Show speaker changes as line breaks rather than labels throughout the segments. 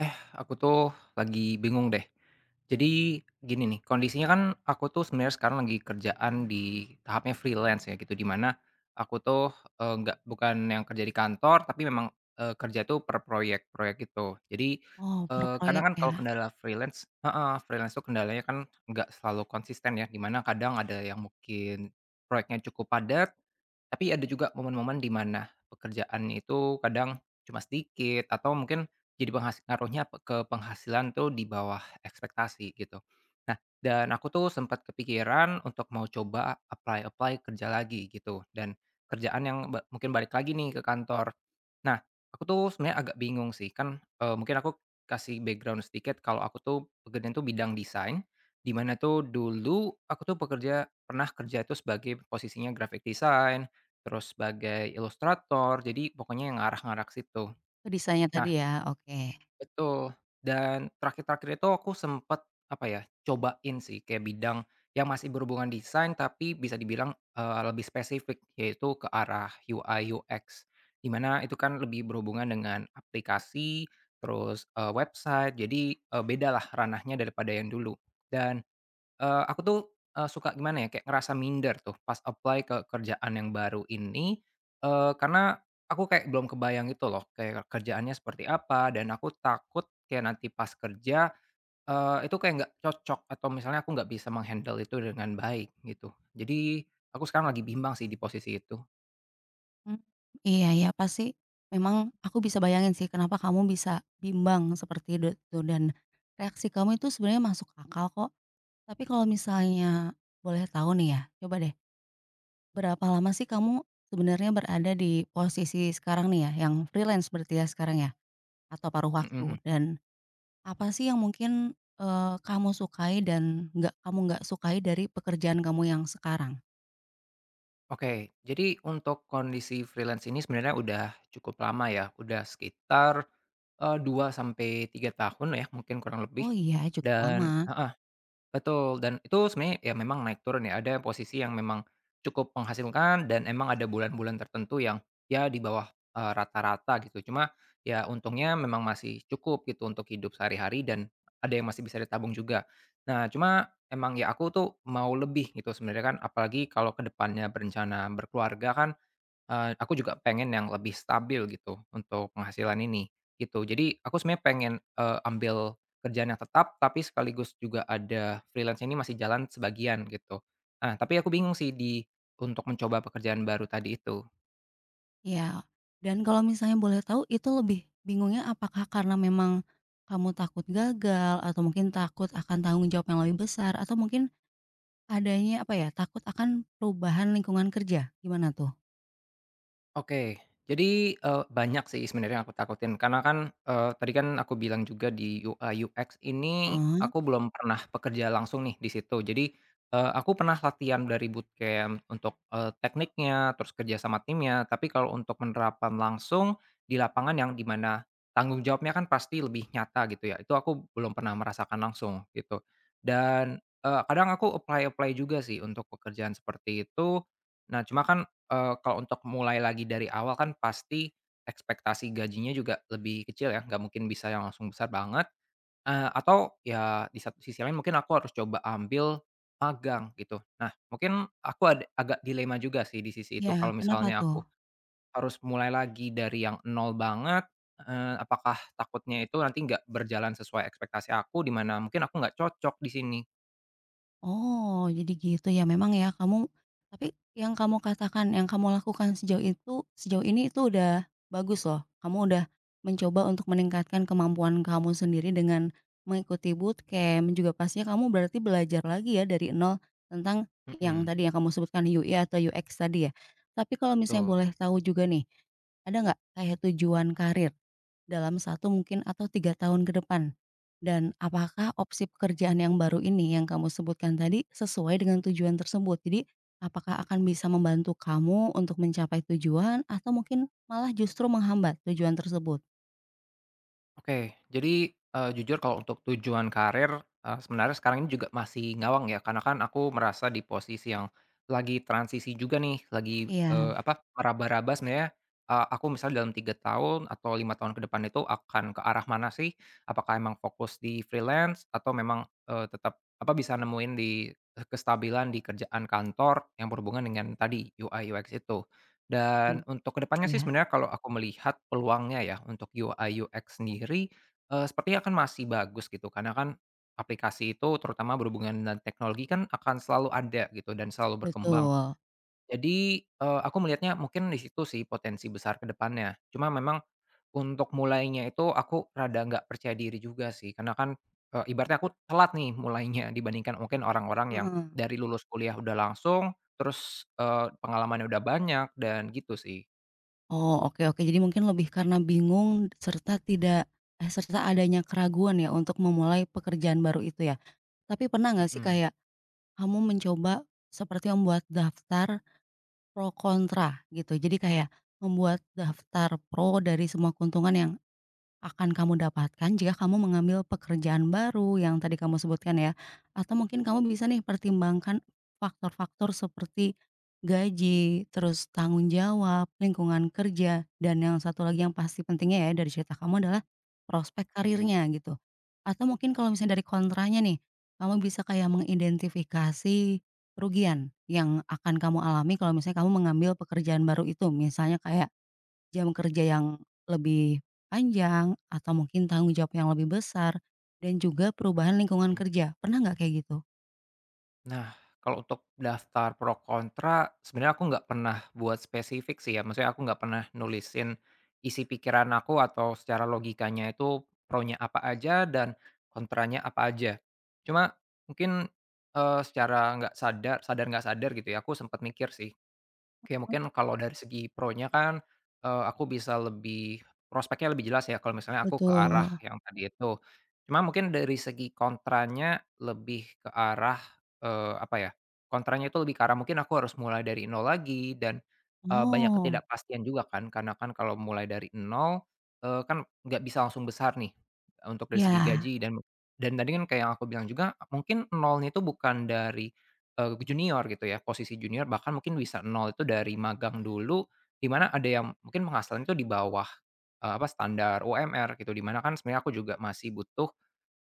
Aku tuh lagi bingung deh. Jadi gini nih, kondisinya kan aku tuh sebenarnya sekarang lagi kerjaan di tahapnya freelance ya gitu, di mana aku tuh nggak bukan yang kerja di kantor, tapi memang kerja tuh per proyek-proyek gitu. Jadi
Oh, per
kadang
proyek
kan
ya?
kalau kendala freelance, heeh, freelance tuh kendalanya kan nggak selalu konsisten ya, di mana kadang ada yang mungkin proyeknya cukup padat, tapi ada juga momen-momen di mana pekerjaan itu kadang cuma sedikit atau mungkin jadi penghas ngaruhnya pe ke penghasilan tuh di bawah ekspektasi gitu. Nah, dan aku tuh sempat kepikiran untuk mau coba apply-apply kerja lagi gitu, dan kerjaan yang ba mungkin balik lagi nih ke kantor. Nah, aku tuh sebenarnya agak bingung sih kan, mungkin aku kasih background sedikit kalau aku tuh pekerjaan tuh bidang desain, di mana tuh dulu aku tuh pekerja pernah kerja itu sebagai posisinya graphic design, terus sebagai ilustrator, jadi pokoknya yang ngarah-ngarah ke situ.
Ke desainnya tadi
Nah,
ya? Oke.
betul, dan terakhir-terakhir itu aku sempet, apa ya, cobain sih kayak bidang yang masih berhubungan desain tapi bisa dibilang, lebih spesifik yaitu ke arah UI/UX. Di mana itu kan lebih berhubungan dengan aplikasi, terus, website jadi, beda lah ranahnya daripada yang dulu dan aku tuh, suka gimana ya, kayak ngerasa minder tuh pas apply ke kerjaan yang baru ini, karena aku kayak belum kebayang gitu loh, kayak kerjaannya seperti apa, dan aku takut kayak nanti pas kerja, itu kayak nggak cocok atau misalnya aku nggak bisa menghandle itu dengan baik, gitu. Jadi, aku sekarang lagi bimbang sih di posisi itu.
Mmm, iya iya, pasti memang aku bisa bayangin sih kenapa kamu bisa bimbang seperti itu dan reaksi kamu itu sebenarnya masuk akal kok. Tapi kalau misalnya boleh tahu nih ya, coba deh, berapa lama sih kamu sebenarnya berada di posisi sekarang nih ya, yang freelance berarti ya sekarang ya? Atau paruh waktu?
Mhm.
Dan apa sih yang mungkin, kamu sukai dan nggak sukai dari pekerjaan kamu yang sekarang?
Oke, jadi untuk kondisi freelance ini sebenarnya udah cukup lama ya, udah sekitar, 2 sampai 3 tahun ya, mungkin kurang lebih.
Oh iya, cukup lama.
Dan heeh, betul, dan itu sebenarnya ya memang naik turun ya, ada posisi yang memang cukup menghasilkan dan emang ada bulan-bulan tertentu yang ya di bawah, rata-rata gitu. Cuma ya untungnya memang masih cukup gitu untuk hidup sehari-hari dan ada yang masih bisa ditabung juga. Nah cuma emang ya aku tuh mau lebih gitu sebenarnya kan, apalagi kalau kedepannya berencana berkeluarga kan aku juga pengen yang lebih stabil gitu untuk penghasilan ini, gitu. Jadi aku sebenarnya pengen, ambil kerjaan yang tetap, tapi sekaligus juga ada freelance ini masih jalan sebagian gitu. Nah, tapi aku bingung sih di untuk mencoba pekerjaan baru tadi itu.
Ya, dan kalau misalnya boleh tahu itu lebih bingungnya apakah karena memang kamu takut gagal atau mungkin takut akan tanggung jawab yang lebih besar atau mungkin adanya, apa ya, takut akan perubahan lingkungan kerja, gimana tuh?
Oke. Jadi, banyak sih sebenarnya yang aku takutin karena kan, tadi kan aku bilang juga di UI UX ini
Heeh,
aku belum pernah bekerja langsung nih di situ. Jadi, aku pernah latihan dari bootcamp untuk, tekniknya, terus kerja sama timnya, tapi kalau untuk menerapkan langsung di lapangan yang dimana tanggung jawabnya kan pasti lebih nyata gitu ya, itu aku belum pernah merasakan langsung gitu. Dan, kadang aku apply-apply juga sih untuk pekerjaan seperti itu. Nah, cuma kan kalau untuk mulai lagi dari awal kan pasti ekspektasi gajinya juga lebih kecil ya, nggak mungkin bisa yang langsung besar banget, atau ya di satu sisi lain mungkin aku harus coba ambil magang gitu. Nah mungkin aku ada agak dilema juga sih di sisi itu
iya,
kalau
kenapa
misalnya
tuh?
aku harus mulai lagi dari yang nol banget, apakah takutnya itu nanti nggak berjalan sesuai ekspektasi aku, di mana mungkin aku nggak cocok di sini.
Oh, jadi gitu ya. Memang ya kamu tapi yang kamu katakan, yang kamu lakukan sejauh ini itu udah bagus loh. Kamu udah mencoba untuk meningkatkan kemampuan kamu sendiri dengan mengikuti bootcamp, juga pastinya kamu berarti belajar lagi ya dari nol tentang yang
Mhm,
tadi yang kamu sebutkan UI atau UX tadi ya. Tapi kalau misalnya
betul.
boleh tahu juga nih, ada nggak kayak tujuan karir dalam satu mungkin atau 3 tahun ke depan? Dan apakah opsi pekerjaan yang baru ini yang kamu sebutkan tadi sesuai dengan tujuan tersebut? Jadi, apakah akan bisa membantu kamu untuk mencapai tujuan atau mungkin malah justru menghambat tujuan tersebut?
Oke, jadi, jujur kalau untuk tujuan karir, sebenarnya sekarang ini juga masih ngawang ya, karena kan aku merasa di posisi yang lagi transisi juga nih, lagi,
Iya,
apa, meraba-raba sebenarnya, aku misalnya dalam 3 tahun atau 5 tahun ke depan itu akan ke arah mana sih? Apakah emang fokus di freelance atau memang, tetap, apa, bisa nemuin di kestabilan di kerjaan kantor yang berhubungan dengan tadi, UI/UX itu.
mmm,
Dan untuk kedepannya sih
iya,
sebenarnya kalau aku melihat peluangnya ya untuk UI UX sendiri, sepertinya akan masih bagus gitu karena kan aplikasi itu terutama berhubungan dengan teknologi kan akan selalu ada gitu dan selalu berkembang.
betul,
Jadi, aku melihatnya mungkin di situ sih potensi besar kedepannya. Cuma memang untuk mulainya itu aku rada nggak percaya diri juga sih karena kan, ibaratnya aku telat nih mulainya dibandingkan mungkin orang-orang yang
heeh.
dari lulus kuliah udah langsung, terus, pengalamannya udah banyak dan gitu sih.
Oh, oke oke. Jadi mungkin lebih karena bingung serta tidak serta adanya keraguan ya untuk memulai pekerjaan baru itu ya? Tapi pernah nggak sih
Mhm,
kayak kamu mencoba seperti membuat daftar pro kontra gitu. Jadi kayak membuat
mhm
daftar pro dari semua keuntungan yang akan kamu dapatkan jika kamu mengambil pekerjaan baru yang tadi kamu sebutkan ya, atau mungkin kamu bisa nih pertimbangkan faktor-faktor seperti gaji, terus tanggung jawab, lingkungan kerja, dan yang satu lagi yang pasti pentingnya ya dari cerita kamu adalah prospek
mhm
karirnya gitu. Atau mungkin kalau misalnya dari kontranya nih, kamu bisa kayak mengidentifikasi kerugian yang akan kamu alami kalau misalnya kamu mengambil pekerjaan baru itu. Misalnya kayak jam kerja yang lebih panjang atau mungkin tanggung jawab yang lebih besar, dan juga perubahan lingkungan
mhm.
kerja, pernah nggak kayak gitu?
Nah, kalau untuk daftar pro kontra, sebenarnya aku nggak pernah buat spesifik sih ya, maksudnya aku nggak pernah nulisin isi pikiran aku atau secara logikanya itu pronya apa aja dan kontranya apa aja. Cuma mungkin, secara nggak sadar sadar nggak sadar gitu ya, aku sempat mikir sih. Oke,
Mmm,
mungkin kalau dari segi pro-nya kan, aku bisa lebih prospeknya lebih jelas ya kalau misalnya aku ke arah
betul.
yang tadi itu. Cuma mungkin dari segi kontranya lebih ke arah, apa ya, kontranya itu lebih ke arah mungkin aku harus mulai dari nol lagi dan, banyak
Oh,
ketidakpastian juga kan, karena kan kalau mulai dari nol, kan nggak bisa langsung besar nih, untuk dari segi
ya,
gaji dan tadi kan kayak yang aku bilang juga, mungkin nolnya itu bukan dari junior gitu ya, posisi junior bahkan mungkin bisa nol itu dari magang dulu, di mana ada yang mungkin penghasilan itu di bawah, apa standar UMR gitu, di mana kan sebenarnya aku juga masih butuh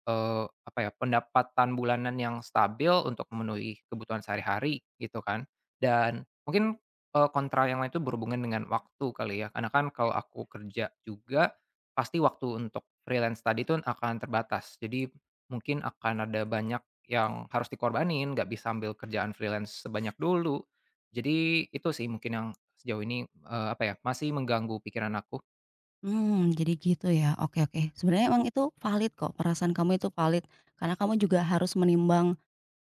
Apa ya, pendapatan bulanan yang stabil untuk memenuhi kebutuhan sehari-hari gitu kan, dan mungkin, kontra yang lain itu berhubungan dengan waktu kali ya, karena kan kalau aku kerja juga, pasti waktu untuk freelance tadi itu akan terbatas. Jadi mungkin akan ada banyak yang harus dikorbanin, nggak bisa ambil kerjaan freelance sebanyak dulu. Jadi itu sih mungkin yang sejauh ini, apa ya, masih mengganggu pikiran aku.
mmm, jadi gitu ya, oke oke. Sebenarnya emang itu valid kok, perasaan kamu itu valid, karena kamu juga harus menimbang,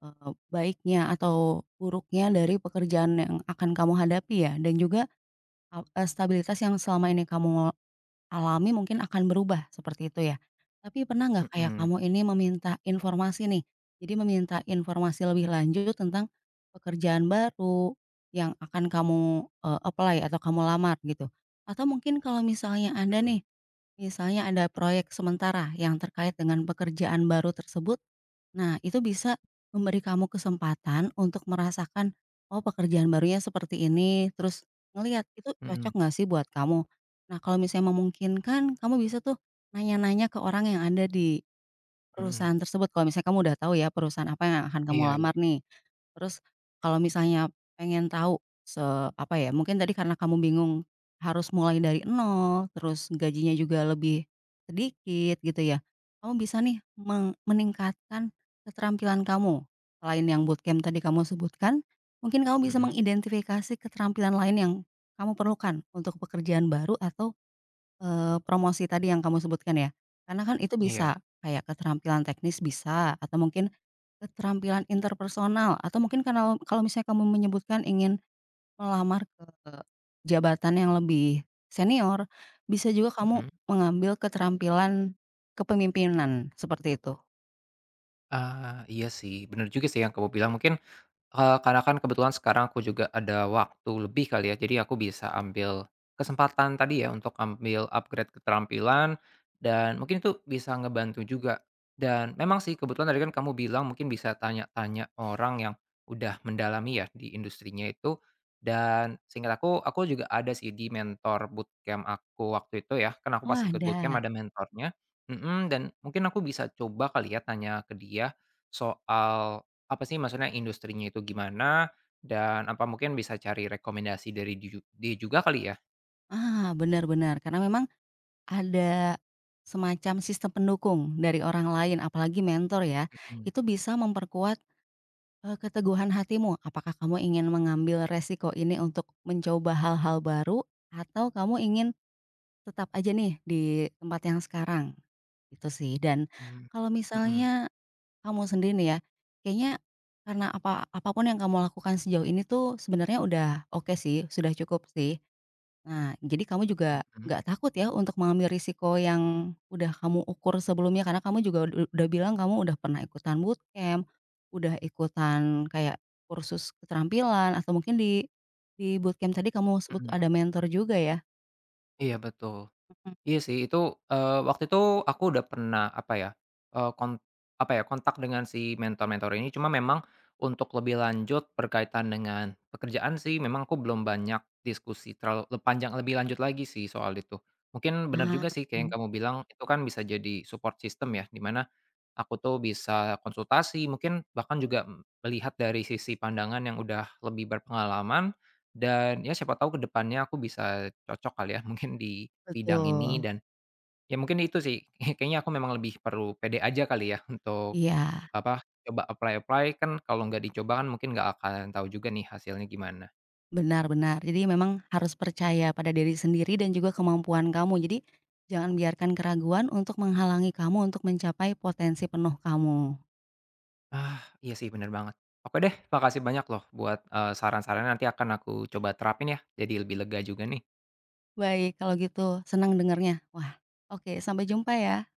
eee, baiknya atau buruknya dari pekerjaan yang akan kamu hadapi ya, dan juga, stabilitas yang selama ini kamu alami mungkin akan berubah seperti itu ya. Tapi pernah nggak kayak
Mhm
kamu ini meminta informasi nih, jadi meminta informasi lebih lanjut tentang pekerjaan baru yang akan kamu, apply atau kamu lamar gitu? Atau mungkin kalau misalnya anda
mhm
nih, misalnya ada proyek sementara yang terkait dengan pekerjaan baru tersebut. Nah, itu bisa memberi kamu kesempatan untuk merasakan, oh pekerjaan barunya seperti ini, terus ngelihat itu cocok
mhm
nggak sih buat kamu. Nah, kalau misalnya memungkinkan, kamu bisa tuh nanya-nanya ke orang yang ada di
mhm.
perusahaan tersebut kalau misalnya kamu udah tahu ya perusahaan apa yang akan kamu
Iya iya.
lamar nih. Terus kalau misalnya pengen tahu se apa ya, mungkin tadi karena kamu bingung harus mulai dari nol, terus gajinya juga lebih sedikit gitu ya. Kamu bisa nih meningkatkan keterampilan kamu. Selain yang bootcamp tadi kamu sebutkan, mungkin kamu bisa
Mhm,
mengidentifikasi keterampilan lain yang kamu perlukan untuk pekerjaan baru atau promosi tadi yang kamu sebutkan ya? Karena kan itu
iya.
bisa, kayak keterampilan teknis bisa, atau mungkin keterampilan interpersonal, atau mungkin kalau kalau misalnya kamu menyebutkan ingin melamar ke jabatan yang lebih senior, bisa juga kamu
Mhm,
mengambil keterampilan kepemimpinan, seperti itu.
ah, iya sih, bener juga sih yang kamu bilang, mungkin, karena kan kebetulan sekarang aku juga ada waktu lebih kali ya, jadi aku bisa ambil kesempatan tadi ya untuk ambil upgrade keterampilan dan mungkin itu bisa ngebantu juga. Dan memang sih kebetulan tadi kan kamu bilang mungkin bisa tanya-tanya orang yang udah mendalami ya di industrinya itu, dan seingat aku juga ada sih di mentor bootcamp aku waktu itu ya, kan aku
Oh
pas ikut bootcamp
ada,
ada mentornya mhm, dan mungkin aku bisa coba kali ya tanya ke dia soal apa sih maksudnya industrinya itu gimana, dan apa mungkin bisa cari rekomendasi dari di dia juga kali ya?
ah, benar benar, karena memang ada semacam sistem pendukung dari orang lain, apalagi mentor ya,
Mhm,
itu bisa memperkuat keteguhan hatimu, apakah kamu ingin mengambil resiko ini untuk mencoba hal-hal baru, atau kamu ingin tetap aja nih di tempat yang sekarang? Itu sih. Dan
mhm,
kalau
mhm,
misalnya kamu sendiri nih ya, kayaknya karena apa apapun yang kamu lakukan sejauh ini tuh sebenarnya udah oke sih, sudah cukup sih. Nah, jadi kamu juga
mhm,
nggak takut ya untuk mengambil risiko yang udah kamu ukur sebelumnya karena kamu juga udah bilang kamu udah pernah ikutan bootcamp, udah ikutan kayak kursus keterampilan atau mungkin di bootcamp tadi kamu sebut
mhm.
ada mentor juga ya?
Iya betul.
Mhm.
Iya sih itu, waktu itu aku udah pernah apa ya, eee, kon apa ya, kontak dengan si mentor-mentor ini cuma memang untuk lebih lanjut berkaitan dengan pekerjaan sih memang aku belum banyak diskusi terlalu le panjang lebih lanjut lagi sih soal itu. Mungkin bener
Ah,
juga sih kayak yang kamu bilang itu kan bisa jadi support system ya, di mana aku tuh bisa konsultasi, mungkin bahkan juga m- melihat dari sisi pandangan yang udah lebih berpengalaman dan ya siapa tahu kedepannya aku bisa cocok kali ya mungkin di bidang ini
betul.
dan ya mungkin itu sih kayaknya aku memang lebih perlu pede aja kali ya untuk
Iya,
apa, coba apply-apply kan kalau nggak dicoba kan mungkin nggak akan tahu juga nih hasilnya gimana.
benar benar. Jadi memang harus percaya pada diri sendiri dan juga kemampuan kamu. Jadi jangan biarkan keraguan untuk menghalangi kamu untuk mencapai potensi penuh kamu.
Ah, iya sih bener banget. Oke deh, makasih banyak loh buat, saran-sarannya nanti akan aku coba terapin ya, jadi lebih lega juga nih.
Baik kalau gitu, senang dengarnya. Wah, oke sampai jumpa ya.